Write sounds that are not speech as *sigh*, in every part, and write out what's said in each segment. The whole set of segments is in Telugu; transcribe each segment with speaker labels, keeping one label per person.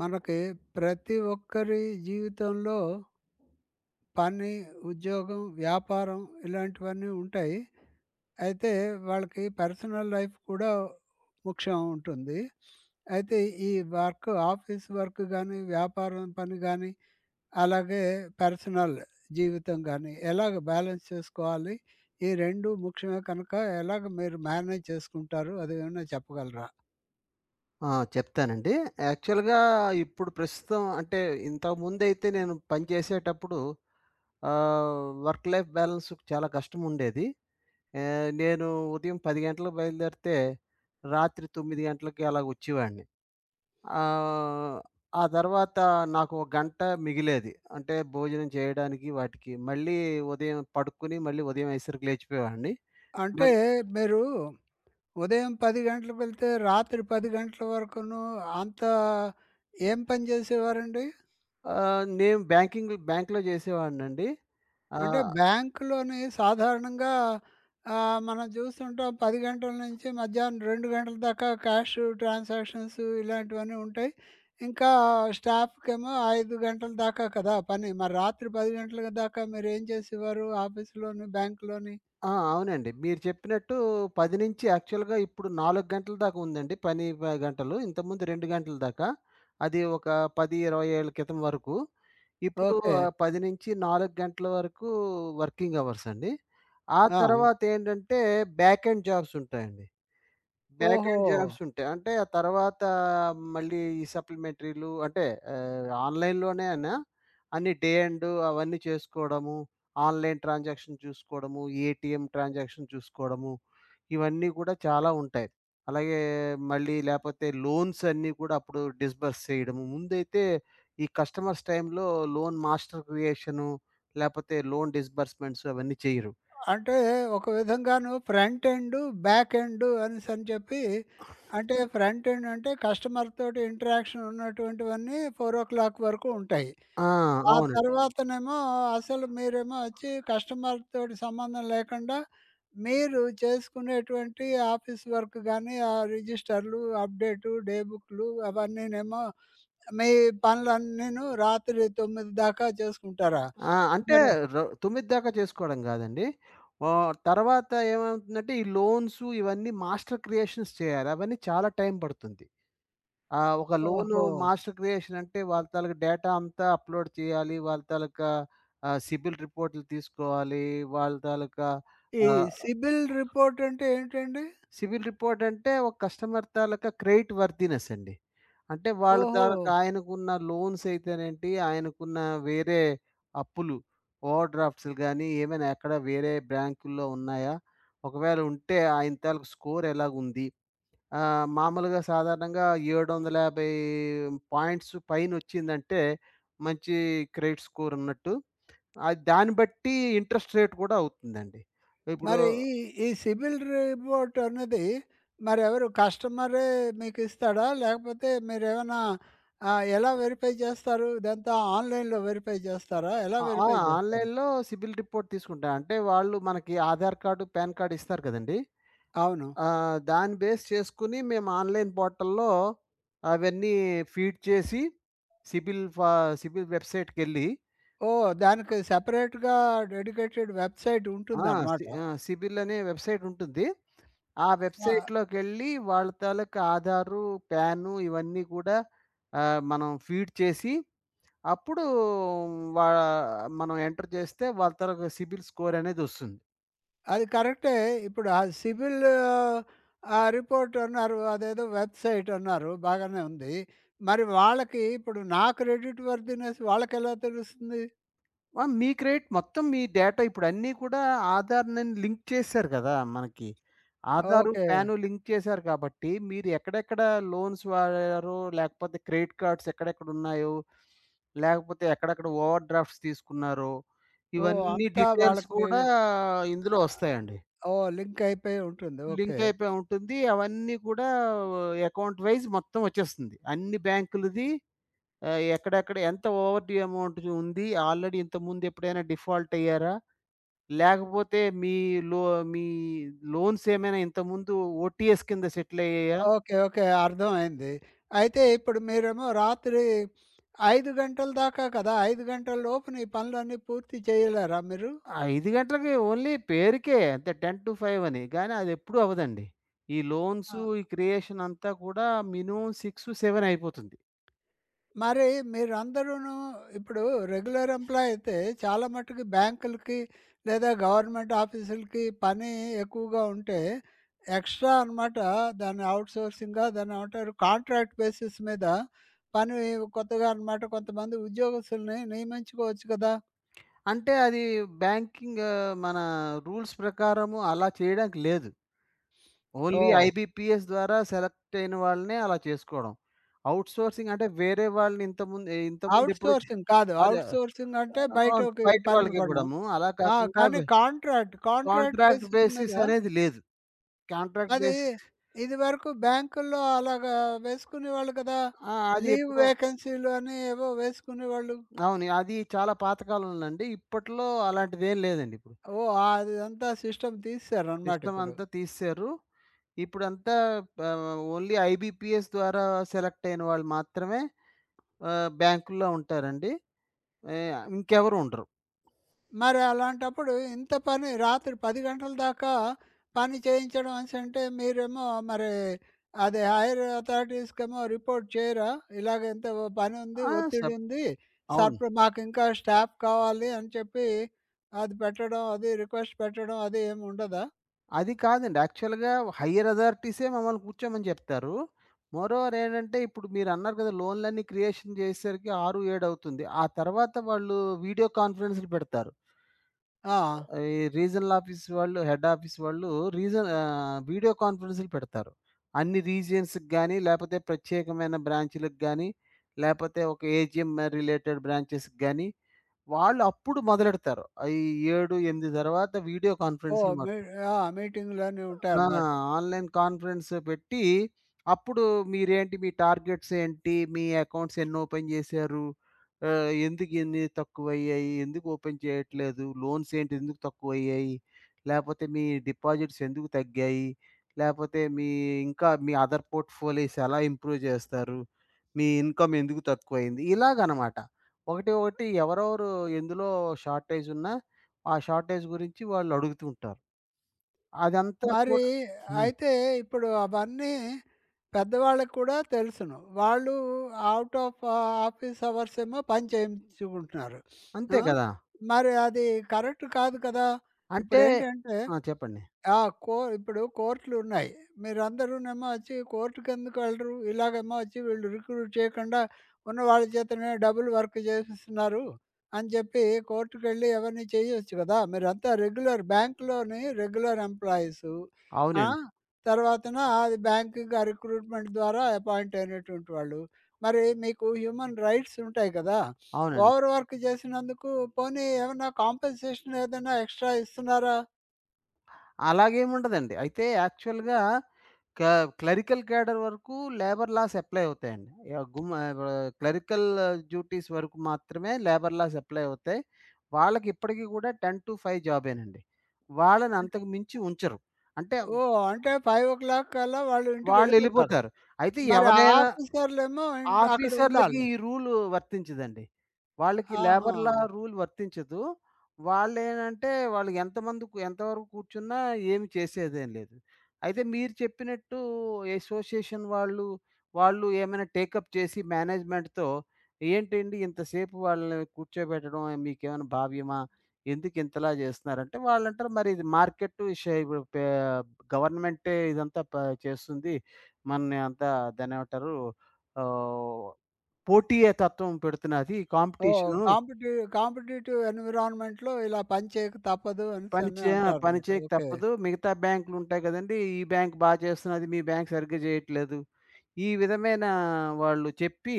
Speaker 1: మనకి ప్రతి ఒక్కరి జీవితంలో పని, ఉద్యోగం, వ్యాపారం ఇలాంటివన్నీ ఉంటాయి. అయితే వాళ్ళకి పర్సనల్ లైఫ్ కూడా ముఖ్యం ఉంటుంది. అయితే ఈ వర్క్ ఆఫీస్ వర్క్ గాని, వ్యాపారం పని గాని, అలాగే పర్సనల్ జీవితం గాని ఎలాగ బ్యాలెన్స్ చేసుకోవాలి? ఈ 2 ముఖ్యమే కనుక ఎలాగ మీరు మేనేజ్ చేసుకుంటారు? అదేమన్నా చెప్పగలరా?
Speaker 2: ఆ! చెప్తానండి. యాక్చువల్‌గా ఇప్పుడు ప్రస్తుతం అంటే ఇంతకుముందైతే నేను పనిచేసేటప్పుడు వర్క్ లైఫ్ బ్యాలెన్స్ చాలా కష్టముండేది. నేను ఉదయం 10 గంటలకు బయలుదేరితే రాత్రి 9 గంటలకి అలాగ వచ్చేవాడిని. ఆహ్, ఆ తర్వాత నాకు ఒక గంట మిగిలేది. అంటే భోజనం చేయడానికి వాటికి. మళ్ళీ ఉదయం పడుకొని మళ్ళీ ఉదయం అయ్యేసరికి లేచిపోయేవాడిని.
Speaker 1: అంటే
Speaker 2: మళ్
Speaker 1: మీరు ఉదయం 10 గంటలకు వెళ్తే, రాత్రి 10 గంటల వరకును అంత ఏం పని చేసేవారండి?
Speaker 2: నేను బ్యాంక్‌లో చేసేవాడినండి.
Speaker 1: అంటే
Speaker 2: ఆహ్
Speaker 1: బ్యాంక్‌లోని సాధారణంగా మనం చూస్తుంటాం 10 గంటల నుంచి మధ్యాహ్నం 2 గంటల దాకా క్యాష్ ట్రాన్సాక్షన్స్ ఇలాంటివన్నీ ఉంటాయి. ఇంకా స్టాఫ్‌కేమో 5 గంటల దాకా కదా పని. మరి రాత్రి 10 గంటల దాకా మీరేం చేసేవారు ఆఫీస్‌లోని, బ్యాంక్‌లోని?
Speaker 2: ఆ! అవునండి. మీరు చెప్పినట్టు 10 నుంచి ఇప్పుడు 4 గంటల దాకా ఉందండి. పని గంటలు. ఇంతకుముందు 2 గంటల దాకా. అది ఒక 10, 20 ఏళ్ల క్రితం వరకు. ఇప్పుడు
Speaker 1: ఓకే.
Speaker 2: 10 నుంచి 4 గంటల వరకు వర్కింగ్ అవర్స్ అండి. ఆ
Speaker 1: ఆ!
Speaker 2: తర్వాతేంటంటే బ్యాక్ ఎండ్ జాబ్స్ ఉంటాయండి. బ్యాక్
Speaker 1: ఓహో!
Speaker 2: ఎండ్ జాబ్స్ ఉంటాయి. అంటే ఆ తర్వాత మళ్ళీ ఈ సప్లిమెంటరీలు అంటే ఆన్‌లైన్‌లోనేనా అన్ని డే ఎండ్ అవన్నీ చేసుకోవడము, ఆన్‌లైన్ ట్రాన్సాక్షన్ చూసుకోవడము, ఏటీఎం ట్రాన్సాక్షన్ చూసుకోవడము, ఇవన్నీ కూడా చాలా ఉంటాయి. అలాగే మళ్ళీ లేపోతే లోన్స్ అన్నీ కూడా అప్పుడు డిస్బర్స్ చేయడము. ముందైతే ఈ కస్టమర్స్ టైమ్‌లో లోన్ మాస్టర్ క్రియేషను, లేపోతే లోన్ డిస్బర్స్‌మెంట్స్ అవన్నీ చెయ్యరు.
Speaker 1: అంటే ఒక విధంగాను ఫ్రంట్ ఎండ్, బ్యాక్ ఎండ్ అనేసని చెప్పి అంటే ఫ్రంట్ ఎండ్ అంటే కస్టమర్ తోటి ఇంటరాక్షన్ ఉన్నటువంటివన్నీ 4:00 వరకు ఉంటాయి.
Speaker 2: ఆ!
Speaker 1: ఆ
Speaker 2: అవును.
Speaker 1: తర్వాతనేమో అసలు మీరేమో వచ్చి కస్టమర్ తోటి సంబంధం లేకుండా మీరు చేసుకునేటువంటి ఆఫీస్ వర్క్ గానీ, ఆ రిజిస్టర్‌లు, అప్డేటు, డే బుక్‌లు అవన్నీనేమో మీ పనులన్నీను రాత్రి 9 దాకా చేసుకుంటారా?
Speaker 2: ఆ! అంటే
Speaker 1: మరి
Speaker 2: రొ 9 దాకా చేసుకోవడం గాదండి. తర్వాత ఏమవుతుందంటే ఈ లోన్స్ ఇవన్నీ మాస్టర్ క్రియేషన్స్ చేయాలి. అవన్నీ చాలా టైం పడుతుంది. ఒక లోను
Speaker 1: ఓహో!
Speaker 2: మాస్టర్ క్రియేషన్ అంటే వాళ్ళ తాలూకా డేటా అంతా అప్‌లోడ్ చేయాలి. వాళ్ళ తాలూకా సిబిల్ రిపోర్ట్‌లు తీసుకోవాలి. వాళ్ళ తాలూకా
Speaker 1: ఈ
Speaker 2: ఆహ్
Speaker 1: సిబిల్ రిపోర్ట్ అంటే ఏంటండి?
Speaker 2: సివిల్ రిపోర్ట్ అంటే ఒక కస్టమర్ తాలూకా క్రెడిట్ వర్దినెస్ అండి. అంటే వాళ్ళ
Speaker 1: ఓహో!
Speaker 2: తాలూకా ఆయనకున్న లోన్స్ అయితేనేంటి, ఆయనకున్న వేరే అప్పులు, ఓవర్ డ్రాఫ్ట్స్‌లు గానీ, ఏమైనా ఎక్కడ వేరే బ్యాంకుల్లో ఉన్నాయా? ఒకవేళ ఉంటే ఆయన తాలూకా స్కోర్ ఎలాగుంది? మామూలుగా సాధారణంగా 750 పాయింట్స్ పైనొచ్చిందంటే మంచి క్రెడిట్ స్కోర్ ఉన్నట్టు. అది దాన్ని బట్టి ఇంట్రెస్ట్ రేట్ కూడా అవుతుందండి. ఇప్పుడు
Speaker 1: మరి ఈ ఈ సిబిల్ రిపోర్ట్ అన్నది మరెవరు కస్టమరే మీకిస్తాడా? లేకపోతే మీరేమన్నా ఎలా వెరిఫై చేస్తారు? ఇదంతా ఆన్‌లైన్‌లో వెరిఫై చేస్తారా? ఎలా
Speaker 2: ఆ! ఆ!
Speaker 1: వెరిఫై చేస్తారు?
Speaker 2: ఆన్‌లైన్‌లో సిబిల్ రిపోర్ట్ తీసుకుంటా. అంటే వాళ్ళు మనకి ఆధార్ కార్డు, పాన్ కార్డ్ ఇస్తారు కదండీ!
Speaker 1: అవును.
Speaker 2: దాన్ని బేస్ చేసుకొని మేము ఆన్‌లైన్ పోర్టల్‌లో అవన్నీ ఫీడ్ చేసి సిబిల్ ఫా సిబిల్ వెబ్‌సైట్‌కెళ్ళి
Speaker 1: ఓహ్! దానికి సెపరేట్‌గా డెడికేటెడ్ వెబ్‌సైట్
Speaker 2: ఆ! సి
Speaker 1: ఉంటుందనమాట.
Speaker 2: ఆ! సిబిల్ అనే వెబ్‌సైట్ ఉంటుంది. ఆ
Speaker 1: ఆ!
Speaker 2: వెబ్‌సైట్‌లోకెళ్ళి వాళ్ళ తాలూకా ఆధారు, పాను ఇవన్నీ కూడా మనం ఫీడ్ చేసి అప్పుడు వా మనం ఎంటర్ చేస్తే వాళ్ళ తాలూకా సిబిల్ స్కోర్ అనేదొస్తుంది.
Speaker 1: అది కరెక్టే. ఇప్పుడు ఆ సివిల్ రిపోర్ట్ అన్నారు. అదేదో వెబ్‌సైట్ అన్నారు. బాగానే ఉంది. మరి వాళ్ళకి ఇప్పుడు నా క్రెడిట్ వర్దినెస్ వాళ్ళకెలా తెలుస్తుంది?
Speaker 2: ఆ! మీ క్రెడిట్ మొత్తం మీ డేటా ఇప్పుడు అన్నీ కూడా ఆధార్‌ని లింక్ చేసేశారు కదా! మనకి. ఆధారు,
Speaker 1: ఓకే.
Speaker 2: పాను లింక్ చేశారు కాబట్టి మీరు ఎక్కడెక్కడ లోన్స్ వాడారో, లేకపోతే క్రెడిట్ కార్డ్స్ ఎక్కడెక్కడున్నాయో, లేకపోతే ఎక్కడెక్కడ ఓవర్ డ్రాఫ్ట్స్ తీసుకున్నారో,
Speaker 1: ఓహ్!
Speaker 2: ఇవన్నీ
Speaker 1: అంతా
Speaker 2: డీటెయిల్స్
Speaker 1: వాళ్ళకి
Speaker 2: కూడా ఇందులో వస్తాయండి.
Speaker 1: ఓహ్! లింక్ అయిపోయి ఉంటుంది. ఓకే.
Speaker 2: లింక్ అయిపోయి ఉంటుంది. అవన్నీ కూడా అకౌంట్ వైస్ మొత్తం వచ్చేస్తుంది. అన్ని బ్యాంకులది ఎక్కడెక్కడ ఎంత ఓవర్ డ్యూ అమౌంట్ ఉంది? ఆల్రెడీ ఇంతకుముందు ఎప్పుడైనా డిఫాల్ట్ అయ్యారా? లేకపోతే మీ లో మీ లోన్స్ ఏమైనా ఇంతకుముందు ఓటీఎస్ కింద సెటిల్ అయ్యాయా?
Speaker 1: ఓకే. ఓకే. అర్థమైంది. అయితే ఇప్పుడు మీరేమో రాత్రి 5 గంటల దాకా కదా! 5 గంటల లోపున ఈ పనులన్నీ పూర్తి చేయలేరా మీరు?
Speaker 2: ఆ! 5 గంటలకి ఓన్లీ పేరుకే అంతే 10-5 అని. గానీ అదెప్పుడూ అవ్వదండి. ఈ లోన్స్,
Speaker 1: ఆ!
Speaker 2: ఈ క్రియేషన్ అంతా కూడా మినిమమ్ 6, 7 అయిపోతుంది.
Speaker 1: మరి మీరందరూను ఇప్పుడు రెగ్యులర్ ఎంప్లాయ్ అయితే చాలా మట్టుకు బ్యాంకులకి లేదా గవర్నమెంట్ ఆఫీసులకి పని ఎక్కువగా ఉంటే ఎక్స్ట్రా అనమాట దాన్ని అవుట్‌సోర్సింగ్‌గా దాన్నేమంటారు కాంట్రాక్ట్ బేసిస్ మీద పని కొత్తగా అనమాట కొంతమంది ఉద్యోగస్తుల్ని నియమించుకోవచ్చు కదా!
Speaker 2: అంటే అది బ్యాంకింగ్ మన రూల్స్ ప్రకారము అలా చేయడానికి లేదు. ఓన్లీ
Speaker 1: ఓహ్!
Speaker 2: ఐబీపీఎస్ ద్వారా సెలెక్ట్ అయిన వాళ్ళనే అలా చేసుకోవడం. ఔట్‌సోర్సింగ్ అంటే వేరే వాళ్ళని ఇంతకుముందు ఇంతకుముందు ఎప్పుడు
Speaker 1: అవుట్‌సోర్సింగ్ కాదు.
Speaker 2: అదే.
Speaker 1: అవుట్‌సోర్సింగ్ అంటే
Speaker 2: అవును.
Speaker 1: బయటకి
Speaker 2: బయట
Speaker 1: పనివ్వడం.
Speaker 2: వాళ్ళకివ్వడము. అలా
Speaker 1: ఆ!
Speaker 2: కాకుండా
Speaker 1: కానీ
Speaker 2: వె
Speaker 1: కాంట్రాక్ట్, కాంట్రాక్ట్
Speaker 2: కాంట్రాక్ట్
Speaker 1: బేసిస్ మీద
Speaker 2: బేసిస్ అనేది లేదు. కాంట్రాక్ట్
Speaker 1: అది
Speaker 2: బేసిస్
Speaker 1: ఇదివరకు బ్యాంకుల్లో అలాగా వేసుకునేవాళ్ళు కదా!
Speaker 2: ఆ! అది
Speaker 1: లీవ్
Speaker 2: ఎప్పుడో
Speaker 1: వేకెన్సీలు అని ఏవో వేసుకునేవాళ్ళు.
Speaker 2: అవును. అది చాలా పాతకాలంలోనండి. ఇప్పట్లో అలాంటిదేం లేదండి ఇప్పుడు.
Speaker 1: ఓహ్! అదంతా సిస్టమ్ తీసేసారనమాట
Speaker 2: సిస్టమ్
Speaker 1: ఇప్పుడు.
Speaker 2: అంతా తీసేశారు. ఇప్పుడంతా ఓన్లీ ఐబీపీఎస్ ద్వారా సెలెక్ట్ అయిన వాళ్ళు మాత్రమే బ్యాంకుల్లో ఉంటారండి. ఏ ఇంకెవరు ఉండరు.
Speaker 1: మరి అలాంటప్పుడు ఇంత పని రాత్రి 10 గంటల దాకా పని చేయించడం అనేసంటే మీరేమో మరి అది హైర్ అథారిటీస్‌కేమో రిపోర్ట్ చేయరా? ఇలాగ ఇంత పనుంది,
Speaker 2: ఆ! సబ్
Speaker 1: ఒత్తిడుంది,
Speaker 2: అవును.
Speaker 1: మాకింకా స్టాఫ్ కావాలి అని చెప్పి అది పెట్టడం, అది రిక్వెస్ట్ పెట్టడం అది ఏమి ఉండదా?
Speaker 2: అది కాదండి. యాక్చువల్‌గా హైయర్ అథారిటీసే మమ్మల్ని కూర్చోమని చెప్తారు. మోరోవర్ ఏంటంటే, ఇప్పుడు మీరన్నారు కదా! లోన్‌లన్నీ క్రియేషన్ చేసేసరికి 6, 7 అవుతుంది. ఆ తర్వాత వాళ్ళు వీడియో కాన్ఫరెన్స్‌లు పెడతారు.
Speaker 1: ఆ!
Speaker 2: ఈ రీజనల్ ఆఫీస్ వాళ్ళు, హెడ్ ఆఫీస్ వాళ్ళు వీడియో కాన్ఫరెన్స్‌లు పెడతారు. అన్ని రీజియన్స్‌కి గాని, లేపోతే ప్రత్యేకమైన బ్రాంచ్‌లకి గాని, లేపోతే ఒక ఏజీఎం రిలేటెడ్ బ్రాంచెస్‌కి గాని, వాళ్ళు అప్పుడు మొదలెడతారు. ఈ 7, 8 తర్వాత వీడియో
Speaker 1: ఓహ్!
Speaker 2: కాన్ఫరెన్స్‌లు
Speaker 1: మీ
Speaker 2: మొదలు
Speaker 1: ఆ! మీటింగులన్నీ
Speaker 2: ఆ!
Speaker 1: ఉంటాయన్నమాట.
Speaker 2: ఆన్‌లైన్ కాన్ఫరెన్స్ పెట్టి, అప్పుడు మీరేంటి, మీ టార్గెట్స్ ఏంటి? మీ అకౌంట్స్ ఎన్ని ఓపెన్ జేశారు? ఎందుకు ఇన్ని తక్కువయ్యాయి? ఎందుకు ఓపెన్ చేయట్లేదు? లోన్స్ ఏంటి ఎందుకు తక్కువయ్యాయి? లేపోతే మీ డిపాజిట్స్ ఎందుకు తగ్గాయి? లేపోతే మీ ఇంకా మీ అదర్ పోర్ట్‌ఫోలియోస్ ఎలా ఇంప్రూవ్ జేస్తారు? మీ ఇన్‌కమ్ ఎందుకు తక్కువయింది? ఇలాగనమాట. ఒకటి ఒకటి ఎవరెవరు ఎందులో షార్టేజ్ ఉన్నా, ఆ షార్టేజ్ గురించి వాళ్ళు అడుగుతూ ఉంటారు. అదంతా
Speaker 1: మరి
Speaker 2: కూడా హ్మ్.
Speaker 1: అయితే ఇప్పుడు అవన్నీ పెద్దవాళ్ళకి కూడా తెలుసును. వాళ్ళు ఔట్ ఆఫ్ ఆఫీస్ అవర్స్ ఏమో పని చేయించుకుంటున్నారు.
Speaker 2: అంతే
Speaker 1: ఆ!
Speaker 2: కదా!
Speaker 1: మరి అది కరెక్ట్ కాదు కదా!
Speaker 2: అంటే
Speaker 1: ఇప్పుడేంటంటే
Speaker 2: ఆ! చెప్పండి.
Speaker 1: ఆ! ఇప్పుడు కోర్టులున్నాయి. మీరందరూనేమో వచ్చి కోర్టుకెందుకు వెళ్ళరు? ఇలాగేమో వచ్చి వీళ్ళు రిక్రూట్ చేయకుండా ఉన్న వాళ్ళ చేతనే డబుల్ వర్క్ చేసిస్తున్నారు అని చెప్పి కోర్టుకెళ్ళి అవన్నీ చేయొచ్చు కదా! మీరంతా రెగ్యులర్ బ్యాంక్‌లోని రెగ్యులర్ ఎంప్లాయీసు. ఆ!
Speaker 2: అవునండి.
Speaker 1: తర్వాతన అది బ్యాంకింగ్ ఆ రిక్రూట్‌మెంట్ ద్వారా అపాయింట్ అయినటువంటి వాళ్ళు. మరి మీకు హ్యూమన్ రైట్స్ ఉంటాయి కదా!
Speaker 2: అవునండి.
Speaker 1: ఓవర్ వర్క్ చేసినందుకు పోనీ ఏమన్నా కాంపెన్సేషన్ ఏదైనా ఎక్స్‌ట్రా ఇస్తున్నారా?
Speaker 2: అలాగేముండదండి. అయితే యాక్చువల్‌గా క క్లరికల్ క్యాడర్ వరకు లేబర్ లాస్ అప్లై అవుతాయండి. క్లరికల్ డ్యూటీస్ వరకు మాత్రమే లేబర్ లాస్ అప్లై అవుతాయి. వాళ్ళకి ఇప్పటికి కూడా 10-5 జాబేనండి. వాళ్ళని అంతకు మించి ఉంచరు. అంటే
Speaker 1: ఓహ్! అంటే 5:00 కల్లా వాళ్ళు ఇంటికెళ్ళిపోతారు.
Speaker 2: వాళ్ళెళ్ళిపోతారు. అయితే
Speaker 1: మరి ఆ
Speaker 2: ఎవరైనా
Speaker 1: ఆఫీసర్‌లేమో అక్కడ
Speaker 2: ఆఫీసర్‌లకి
Speaker 1: ఉండాలి.
Speaker 2: ఈ రూలు వర్తించదండి. వాళ్ళకి
Speaker 1: ఆహా!
Speaker 2: లేబర్ లా రూల్ వర్తించదు. వాళ్ళేంటంటే వాళ్ళు ఎంతమంది కు ఎంతవరకు కూర్చున్నా ఏమి చేసేదేం లేదు. అయితే మీరు చెప్పినట్టు అసోసియేషన్ వాళ్ళు, వాళ్ళు ఏమైనా టేకప్ చేసి మేనేజ్‌మెంట్‌తో ఏంటండి ఇంతసేపు వాళ్ళని కూర్చోబెట్టడం మీకేమైనా భావ్యమా? ఎందుకు ఇంతలా చేస్తున్నారంటే వాళ్ళంటారు మరి ఇది మార్కెట్ షై ఇప్పుడు పే గవర్నమెంటే ఇదంతా చేస్తుంది. మనని అంతా దాన్నేమంటారు ఆహ్, పోటీయ తత్వం పెడుతున్నది. ఈ
Speaker 1: ఓహ్!
Speaker 2: కాంపిటీషను
Speaker 1: కాంపిటీటివ్ ఎన్విరాన్మెంట్‌లో ఇలా పని చేయక తప్పదు
Speaker 2: పని
Speaker 1: అనేసని
Speaker 2: చే ఆ! పని
Speaker 1: అంటారనమాట.
Speaker 2: చేయక
Speaker 1: ఓకే.
Speaker 2: తప్పదు. మిగతా బ్యాంకులుంటాయి గదండీ! ఈ బ్యాంక్ చేస్తున్నది. మీ బ్యాంక్ సరిగ్గా జేయట్లేదు. ఈ విధమైన వాళ్ళు చెప్పి,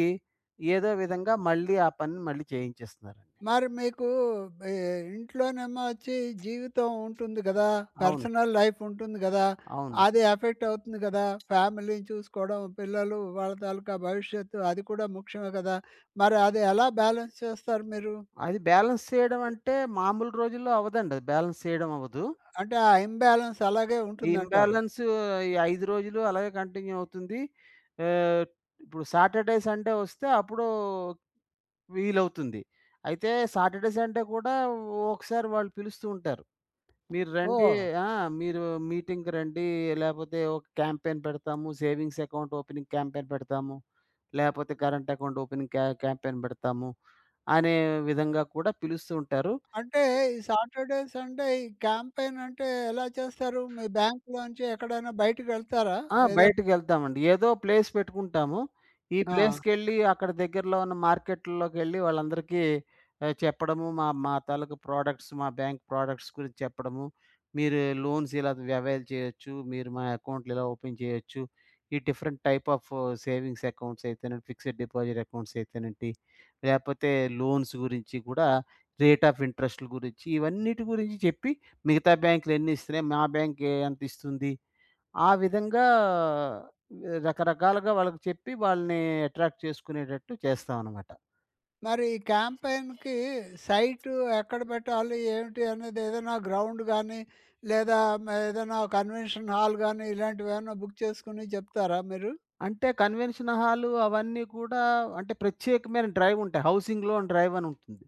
Speaker 2: ఏదో విధంగా మళ్ళీ ఆ పనిని మళ్ళీ చేయించేస్తున్నారండి.
Speaker 1: మరి మీకు ఈ ఇంట్లోనేమో వచ్చి జీవితం ఉంటుంది గదా!
Speaker 2: అవును.
Speaker 1: పర్సనల్ లైఫ్ ఉంటుంది గదా!
Speaker 2: అవును.
Speaker 1: అది ఎఫెక్ట్ అవుతుంది గదా! ఫ్యామిలీని చూసుకోవడం, పిల్లలు వాళ్ళ తాలూకా భవిష్యత్తు అది కూడా ముఖ్యమే గదా! మరి అది ఎలా బ్యాలెన్స్ చేస్తారు మీరు?
Speaker 2: అది బ్యాలెన్స్ చేయడం అంటే మామూలు రోజుల్లో అవ్వదండి. అది బ్యాలెన్స్ చేయడం అవ్వదు.
Speaker 1: అంటే ఆ ఇంబాలన్స్ అలాగే
Speaker 2: ఈ
Speaker 1: ఉంటుందంటారు.
Speaker 2: ఇంబాలెన్సు ఈ 5 రోజులు అలాగే కంటిన్యూ అవుతుంది. ఆహ్, ఇప్పుడు సాటర్‌డే, సండే వస్తే అప్పుడు వీలవుతుంది. అయితే సాటర్‌డే, సండే కూడా ఒకసారి వాళ్ళు పిలుస్తూ ఉంటారు. "మీరు రండి
Speaker 1: ఓహ్!
Speaker 2: ఆ! మీరు మీటింగ్‌కి రండి. లేపోతే ఒక క్యాంపెయిన్ పెడతాము. సేవింగ్స్ అకౌంట్ ఓపెనింగ్ క్యాంపెయిన్ పెడతాము. లేపోతే కరెంట్ అకౌంట్ ఓపెనింగ్ క్యాంపెయిన్ పెడతాము" అనే విధంగా కూడా పిలుస్తూ ఉంటారు.
Speaker 1: అంటే ఈ సాటర్‌డే, సండే ఈ క్యాంపెయిన్ అంటే ఎలా చేస్తారు? మీ బ్యాంక్‌లోంచి ఎక్కడైనా బయటికెళ్తారా?
Speaker 2: ఆ!
Speaker 1: ఏదైనా
Speaker 2: బయటికెళ్తామండి. ఏదో ప్లేస్ పెట్టుకుంటాము. ఈ
Speaker 1: ఆ!
Speaker 2: ప్లేస్‌కెళ్ళి అక్కడ దగ్గరలో ఉన్న మార్కెట్‌ల్లోకెళ్ళి వాళ్ళందరికీ చెప్పడము, మా మా తాలూకు ప్రొడక్ట్స్, మా బ్యాంక్ ప్రొడక్ట్స్ గురించి చెప్పడము. మీరు లోన్స్ ఇలా అవైల్ చేయొచ్చు. మీరు మా అకౌంట్లు ఇలా ఓపెన్ చేయొచ్చు. ఈ different type of savings accounts అయితేనేంటి, ఫిక్స్డ్ డిపాజిట్ అకౌంట్స్ అయితేనేంటి, లేకపోతే లోన్స్ గురించి కూడా రేట్ ఆఫ్ ఇంట్రెస్ట్‌ల గురించి ఇవన్నిటి గురించి చెప్పి, మిగతా బ్యాంకులు ఎన్ని ఇస్తున్నాయి, మా బ్యాంక్ ఎంత ఇస్తుంది ఆ విధంగా రకరకాలుగా వాళ్ళకి చెప్పి వాళ్ళని అట్రాక్ట్ చేసుకునేటట్టు చేస్తామనమాట.
Speaker 1: మరి ఈ క్యాంపెయిన్‌కి సైటు ఎక్కడ పెట్టాలి? ఏమిటి అనేది ఏదైనా గ్రౌండ్ గానీ, లేదా ఏదైనా కన్వెన్షన్ హాల్ గానీ ఇలాంటివేమన్నా బుక్ చేసుకొని చెప్తారా మీరు?
Speaker 2: అంటే కన్వెన్షన్ హాలు అవన్నీ కూడా అంటే ప్రత్యేకమైన డ్రైవ్ ఉంటాయి. హౌసింగ్ లోన్ డ్రైవ్ అని ఉంటుంది.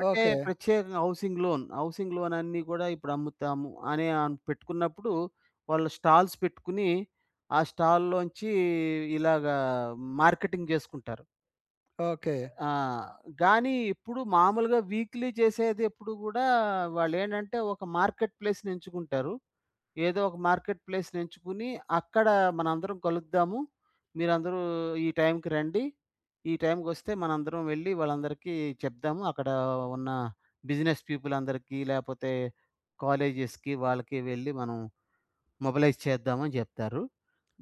Speaker 2: అంటే
Speaker 1: ఓకే.
Speaker 2: ప్రత్యేకంగా హౌసింగ్ లోన్ అన్నీ కూడా ఇప్పుడు అమ్ముతాము అని అన్ పెట్టుకున్నప్పుడు వాళ్ళు స్టాల్స్ పెట్టుకుని, ఆ స్టాల్‌లోంచి ఇలాగా మార్కెటింగ్ జేసుకుంటారు.
Speaker 1: ఓకే.
Speaker 2: ఆ! గానీ ఇప్పుడు మామూలుగా వీక్లీ చేసేది ఎప్పుడు గూడా వాళ్ళేంటంటే ఒక మార్కెట్ ప్లేస్‌ని ఎంచుకుంటారు. ఏదో ఒక మార్కెట్ ప్లేస్‌ని ఎంచుకుని అక్కడ మనందరం కలుద్దాము. మీరందరూ ఈ టైంకి రండి. ఈ టైంకొస్తే మనందరం వెళ్లి వాళ్ళందరికీ చెప్దాము. అక్కడ ఉన్న బిజినెస్ పీపుల్ అందరికీ లేపోతే కాలేజెస్‌కి వాళ్ళకి వెళ్లి మనం మొబలైజ్ చేద్దామని జెప్తారు.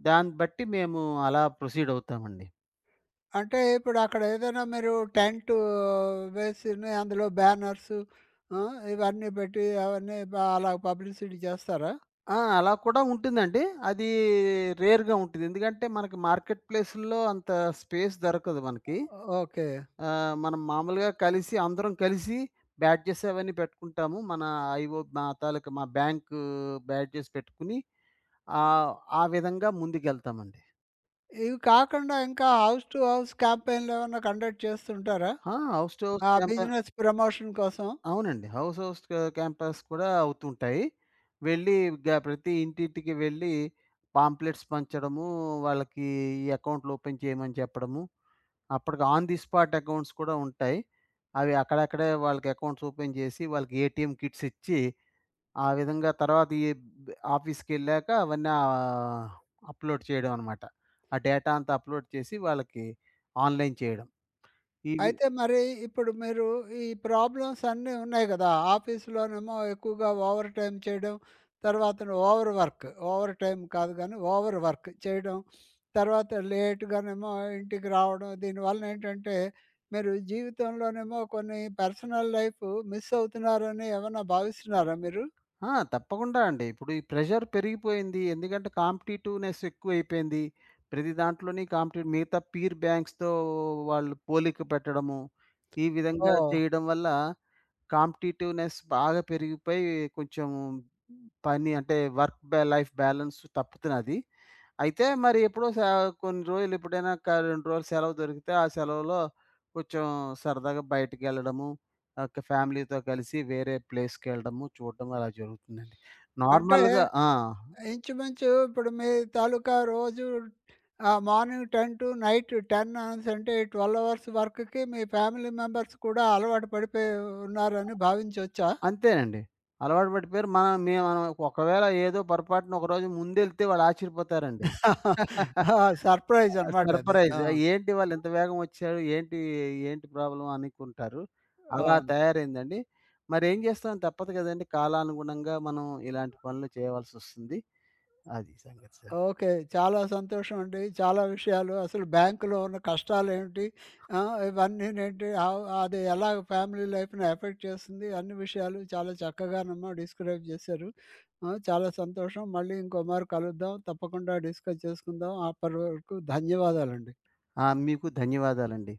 Speaker 2: దాన్ని బట్టి మేము అలా ప్రొసీడ్ అవుతామండి.
Speaker 1: అంటే ఇప్పుడక్కడ ఏదైనా మీరు టెంటు వేసిని అందులో బ్యానర్సు ఆ! ఇవన్నీ పెట్టి అవన్నీ అలా పబ్లిసిటీ చేస్తారా?
Speaker 2: ఆ! అలా కూడా ఉంటుందండి. అది రేర్‌గా ఉంటుంది. ఎందుకంటే మార్కెట్ ప్లేసుల్లో అంత స్పేస్ దొరకదు మనకి.
Speaker 1: ఓకే.
Speaker 2: మనం మామూలుగా అందరం కలిసి బ్యాడ్జెస్ అవన్నీ పెట్టుకుంటాము. మన ఐఓ మా తాలూకా మా బ్యాంకు బ్యాడ్జెస్ పెట్టుకుని ఆహ్, ఆ విధంగా ముందుకెళ్తామండి.
Speaker 1: ఇవి కాకుండా ఇంకా హౌస్ టు హౌస్ క్యాంపెయిన్‌లేమన్నా కండక్ట్ చేస్తుంటారా?
Speaker 2: ఆ! హౌస్ టు హౌస్
Speaker 1: ఆ
Speaker 2: క్యాంప
Speaker 1: బిజినెస్ ప్రమోషన్ కోసం.
Speaker 2: అవునండి. హౌస్ హౌస్ క క్యాంపస్ కూడా అవుతుంటాయి. వెళ్ళి గ ప్రతి ఇంటింటికి వెళ్ళి పాంప్లెట్స్ పంచడము, వాళ్ళకి ఈ అకౌంట్లు ఓపెన్ చేయమని చెప్పడము. అప్పటికి ఆన్ ది స్పాట్ అకౌంట్స్ కూడా ఉంటాయి. అవి అక్కడక్కడే వాళ్ళకి అకౌంట్స్ ఓపెన్ చేసి, వాళ్ళకి ఏటీఎం కిట్స్ ఇచ్చి, ఆ విధంగా తర్వాత ఈ బ్ ఆఫీస్‌కెళ్ళాక అవన్నీ అప్‌లోడ్ చేయడం అనమాట. ఆ డేటా అంతా అప్‌లోడ్ చేసి వాళ్ళకి ఆన్‌లైన్ చేయడం. ఇవి
Speaker 1: అయితే మరి ఇప్పుడు మీరు ఈ ప్రాబ్లమ్స్ అన్నీ ఉన్నాయి కదా! ఆఫీస్‌లోనేమో ఎక్కువగా ఓవర్ టైమ్ చేయడం, తర్వాత ఓవర్ వర్క్. ఓవర్ టైమ్ కాదు గానీ, ఓవర్ వర్క్ చేయడం. తర్వాత లేట్‌గానేమో ఇంటికి రావడం. దీనివల్ల ఏంటంటే, మీరు జీవితంలోనేమో కొన్ని పర్సనల్ లైఫ్ మిస్ అవుతున్నారని ఏమన్నా భావిస్తున్నారా మీరు?
Speaker 2: ఆ! తప్పకుండా అండి. ఇప్పుడు ఈ ప్రెషర్ పెరిగిపోయింది. ఎందుకంటే కాంపిటీటివ్‌నెస్ ఎక్కువైపోయింది. ప్రతి దాంట్లోని కాంపిటీ మిగతా పీర్ బ్యాంక్స్‌తో వాళ్ళు పోలిక పెట్టడము, ఈ విధంగా
Speaker 1: ఓహ్!
Speaker 2: చేయడం వల్ల కాంపిటీటివ్‌నెస్ బాగా పెరిగిపోయి కొంచెం పని అంటే వర్క్ బా లైఫ్ బ్యాలన్స్ తప్పుతున్నది. అయితే మరి ఎప్పుడో స కొన్ని రోజులు ఎప్పుడైనా ఒక 2 రోజులు సెలవు దొరికితే, ఆ సెలవులో కొంచెం సరదాగా బయటికెళ్ళడము, ఒక ఫ్యామిలీతో కలిసి వేరే ప్లేస్‌కెళ్ళడము, చూడడం అలా జరుగుతుందండి.
Speaker 1: అంటే
Speaker 2: నార్మల్‌గా ఆ!
Speaker 1: ఇంచుమించు ఇప్పుడు మీ తాలూకా రోజు ఆ మార్నింగ్ 10 టు నైట్ 10 అవర్స్ అంటే 12 అవర్స్ వర్క్‌కి మీ ఫ్యామిలీ మెంబర్స్ కూడా అలవాటు పడిపోయి ఉన్నారని భావించొచ్చా? ఆ!
Speaker 2: అంతేనండి. అలవాటు పడిపోయారు. మనం ఒకవేళ ఏదో పొరపాటున ఒకరోజు ముందెళ్తే వాళ్ళు ఆశ్చర్యపోతారండి.
Speaker 1: *laughs* సర్ప్రైజ్ అన్నమాట అది.
Speaker 2: సర్ప్రైజ్.
Speaker 1: ఆ!
Speaker 2: ఏంటి వాళ్ళింత వేగం వచ్చారు? ఏంటి ప్రాబ్లమ్ అనుకుంటారు. అలా
Speaker 1: అవును.
Speaker 2: తయారైందండి. మరేం చేస్తాం తప్పదు కదండీ! కాలానుగుణంగా మనం ఇలాంటి పనులు చేయవలసొస్తుంది. అది సంగతి సార్.
Speaker 1: ఓకే. చాలా సంతోషం అండి. చాలా విషయాలు అసలు బ్యాంకులో ఉన్న కష్టాలేంటి? ఆ! ఇవన్నీనేంటి అది ఎలాగ ఫ్యామిలీ లైఫ్‌ని ఎఫెక్ట్ చేస్తుంది? అన్ని విషయాలు చాలా చక్కగానేమో డిస్క్రైబ్ చేశారు. ఆ! చాలా సంతోషం. మళ్ళీ ఇంకోమారు కలుద్దాం. తప్పకుండా డిస్కస్ చేసుకుందాం. అప్పటి వరకు ధన్యవాదాలండి.
Speaker 2: ఆ! మీకు ధన్యవాదాలండి.